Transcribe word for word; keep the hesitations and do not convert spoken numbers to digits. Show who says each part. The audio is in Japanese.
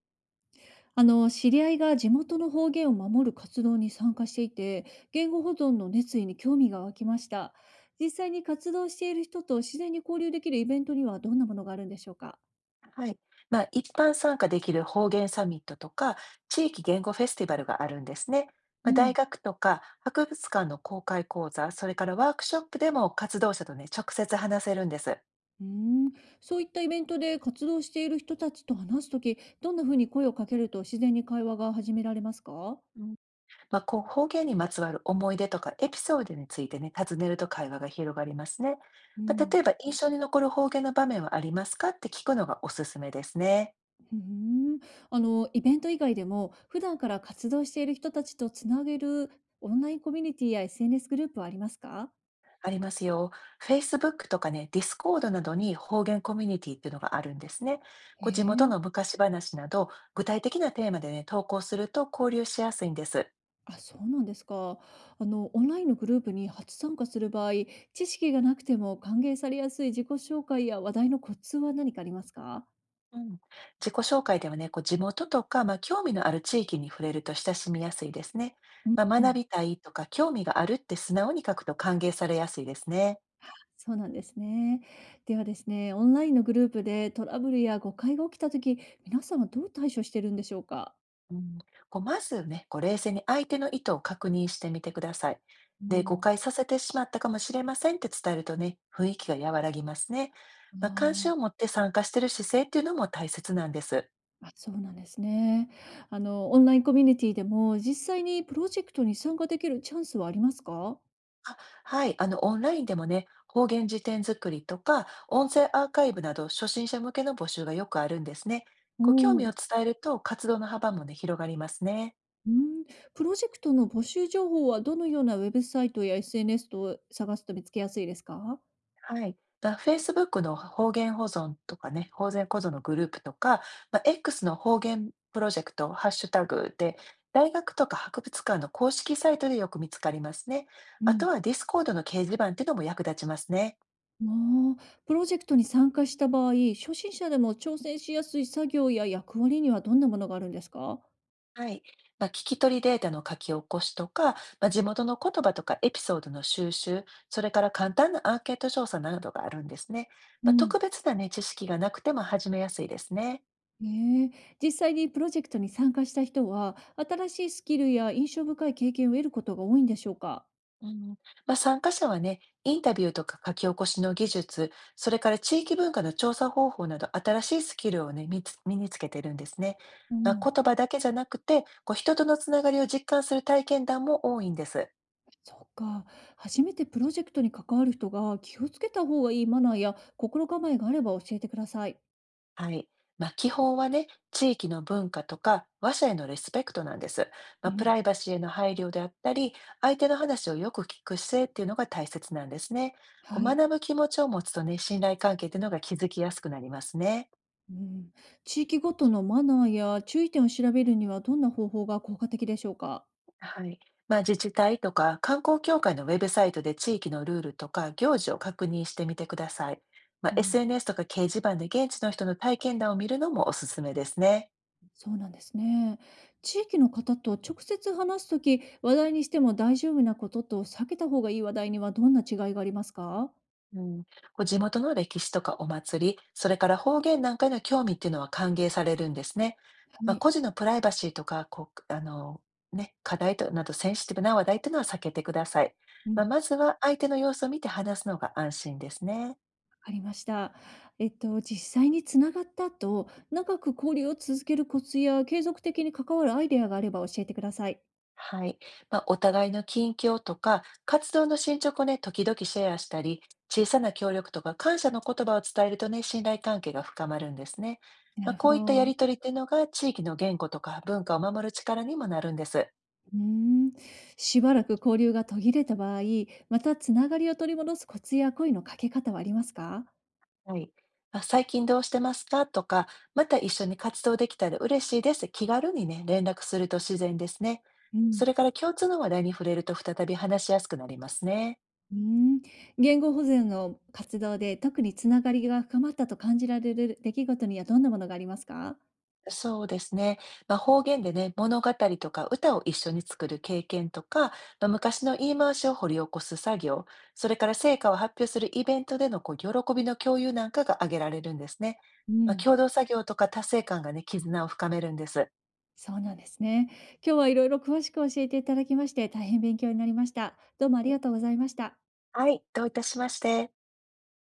Speaker 1: あの知り合いが地元の方言を守る活動に参加していて、言語保存の熱意に興味が湧きました。実際に活動している人と自然に交流できるイベントにはどんなものがあるんでしょうか？
Speaker 2: はい。まあ、一般参加できる方言サミットとか、地域言語フェスティバルがあるんですね。ま
Speaker 1: う
Speaker 2: あ、大
Speaker 1: ん、
Speaker 2: 学とか博物館の公開講座、それからワークショップでも活動者とね、直接話せるんです。
Speaker 1: うーんそういったイベントで活動している人たちと話すとき、どんなふうに声をかけると自然に会話が始められますか？
Speaker 2: うん、まあ、こう方言にまつわる思い出とかエピソードについてね、尋ねると会話が広がりますね。
Speaker 1: う
Speaker 2: まあ、
Speaker 1: ん、
Speaker 2: 例えば、印象に残る方言の場面はありますかって聞くのがおすすめですね。
Speaker 1: うーんあのイベント以外でも普段から活動している人たちとつなげるオンラインコミュニティや エスエヌエス グループはありますか？
Speaker 2: ありますよ。Facebook とかね、Discord などに方言コミュニティっていうのがあるんですね。
Speaker 1: へ
Speaker 2: こう地元
Speaker 1: え。
Speaker 2: の昔話など、具体的なテーマでね、投稿すると交流しやすいんです。
Speaker 1: あ、そうなんですか。あの、オンラインのグループに初参加する場合、知識がなくても歓迎されやすい自己紹介や話題のコツは何かありますか？
Speaker 2: うん、自己紹介ではね、こう地元とか、まあ、興味のある地域に触れると親しみやすいですね。
Speaker 1: うん
Speaker 2: まあ、
Speaker 1: う
Speaker 2: 学
Speaker 1: ん。
Speaker 2: びたいとか興味があるって素直に書くと歓迎されやすいですね。
Speaker 1: そうなんですね。ではですね、オンラインのグループでトラブルや誤解が起きたとき、皆さんはどう対処してるんでしょうか？
Speaker 2: うん、こうまずね、こう冷静に相手の意図を確認してみてください。
Speaker 1: う
Speaker 2: で、誤
Speaker 1: ん。
Speaker 2: 解させてしまったかもしれませんって伝えるとね、雰囲気が和らぎますね。
Speaker 1: あ
Speaker 2: まあ、関心
Speaker 1: ー。
Speaker 2: を持って参加している姿勢っていうのも大切なんです。
Speaker 1: あ、そうなんですね。あの、オンラインコミュニティでも実際にプロジェクトに参加できるチャンスはありますか？
Speaker 2: あはい、あの、オンラインでもね、方言辞典作りとか、音声アーカイブなど、初心者向けの募集がよくあるんですね。
Speaker 1: お。
Speaker 2: こう興味
Speaker 1: お
Speaker 2: を
Speaker 1: ー。
Speaker 2: 伝えると、活動の幅もね、広がりますね。
Speaker 1: うん。プロジェクトの募集情報はどのようなウェブサイトや エスエヌエス と探すと見つけやすいですか？
Speaker 2: はい。だ Facebook の方言保存とかね、方言保存のグループとか、まあ、X の方言プロジェクト、ハッシュタグで、大学とか博物館の公式サイトでよく見つかりますね。
Speaker 1: う
Speaker 2: あと
Speaker 1: ん。
Speaker 2: は Discord の掲示板っていうのも役立ちますね。
Speaker 1: ああ、プロジェクトに参加した場合、初心者でも挑戦しやすい作業や役割にはどんなものがあるんですか？
Speaker 2: はい。まあ、聞き取りデータの書き起こしとか、まあ、地元の言葉とかエピソードの収集、それから簡単なアンケート調査などがあるんですね。
Speaker 1: う
Speaker 2: まあ、
Speaker 1: ん、
Speaker 2: 特別なね、知識がなくても始めやすいですね。
Speaker 1: ええ、実際にプロジェクトに参加した人は、新しいスキルや印象深い経験を得ることが多いんでしょうか？
Speaker 2: うん、まあ、参加者はね、インタビューとか書き起こしの技術、それから地域文化の調査方法など新しいスキルをね、身につ身につけてるんですね。
Speaker 1: う
Speaker 2: まあ、
Speaker 1: ん。
Speaker 2: 言葉だけじゃなくて、こう人とのつながりを実感する体験談も多いんです。
Speaker 1: そうか。初めてプロジェクトに関わる人が気をつけた方がいいマナーや心構えがあれば教えてください。
Speaker 2: はい。まあ、基本はね、地域の文化とか話者へのリスペクトなんです。ま
Speaker 1: う
Speaker 2: あ、プ
Speaker 1: ん。
Speaker 2: ライバシーへの配慮であったり、相手の話をよく聞く姿勢っていうのが大切なんですね。こう
Speaker 1: はい。
Speaker 2: 学ぶ気持ちを持つとね、信頼関係っていうのが築きやすくなりますね。
Speaker 1: うん。地域ごとのマナーや注意点を調べるにはどんな方法が効果的でしょうか？
Speaker 2: はい。まあ、自治体とか観光協会のウェブサイトで地域のルールとか行事を確認してみてください。まあ、
Speaker 1: うん。
Speaker 2: エスエヌエス とか掲示板で現地の人の体験談を見るのもおすすめですね。
Speaker 1: そうなんですね。地域の方と直接話すとき、話題にしても大丈夫なことと避けた方がいい話題にはどんな違いがありますか？
Speaker 2: うん、こう地元の歴史とかお祭り、それから方言なんかへの興味っていうのは歓迎されるんですね。ま
Speaker 1: は
Speaker 2: あ、
Speaker 1: い。
Speaker 2: 個人のプライバシーとか、こう、あの、ね、課題となどセンシティブな話題っていうのは避けてください。
Speaker 1: うん、わ
Speaker 2: まあ、まずは相手の様子を見て話すのが安心ですね。
Speaker 1: かりました。えっと、実際につながった後、長く交流を続けるコツや継続的に関わるアイデアがあれば教えてください。
Speaker 2: はい。まあ、お互いの近況とか、活動の進捗をね、時々シェアしたり、小さな協力とか感謝の言葉を伝えるとね、信頼関係が深まるんですね。
Speaker 1: な
Speaker 2: まあ、
Speaker 1: るほ
Speaker 2: こういったや
Speaker 1: ど。
Speaker 2: りとりっていうのが、地域の言語とか文化を守る力にもなるんです。
Speaker 1: うーん、しばらく交流が途切れた場合、またつながりを取り戻すコツや声のかけ方はありますか？
Speaker 2: はい。あ最近どうしてますかとか、また一緒に活動できたら嬉しいです。気軽にね、連絡すると自然ですね。
Speaker 1: うん、
Speaker 2: それから共通の話題に触れると再び話しやすくなりますね。
Speaker 1: うーん、言語保全の活動で特につながりが深まったと感じられる出来事にはどんなものがありますか？
Speaker 2: そうですね。まあ、方言でね、物語とか歌を一緒に作る経験とか、まあ、昔の言い回しを掘り起こす作業、それから成果を発表するイベントでのこう喜びの共有なんかが挙げられるんですね。
Speaker 1: う
Speaker 2: まあ、
Speaker 1: ん。
Speaker 2: 共同作業とか達成感がね、絆を深めるんです。
Speaker 1: そうなんですね。今日はいろいろ詳しく教えていただきまして、大変勉強になりました。どうもありが
Speaker 2: ね
Speaker 1: とうございました。
Speaker 2: はい、どういたしまして。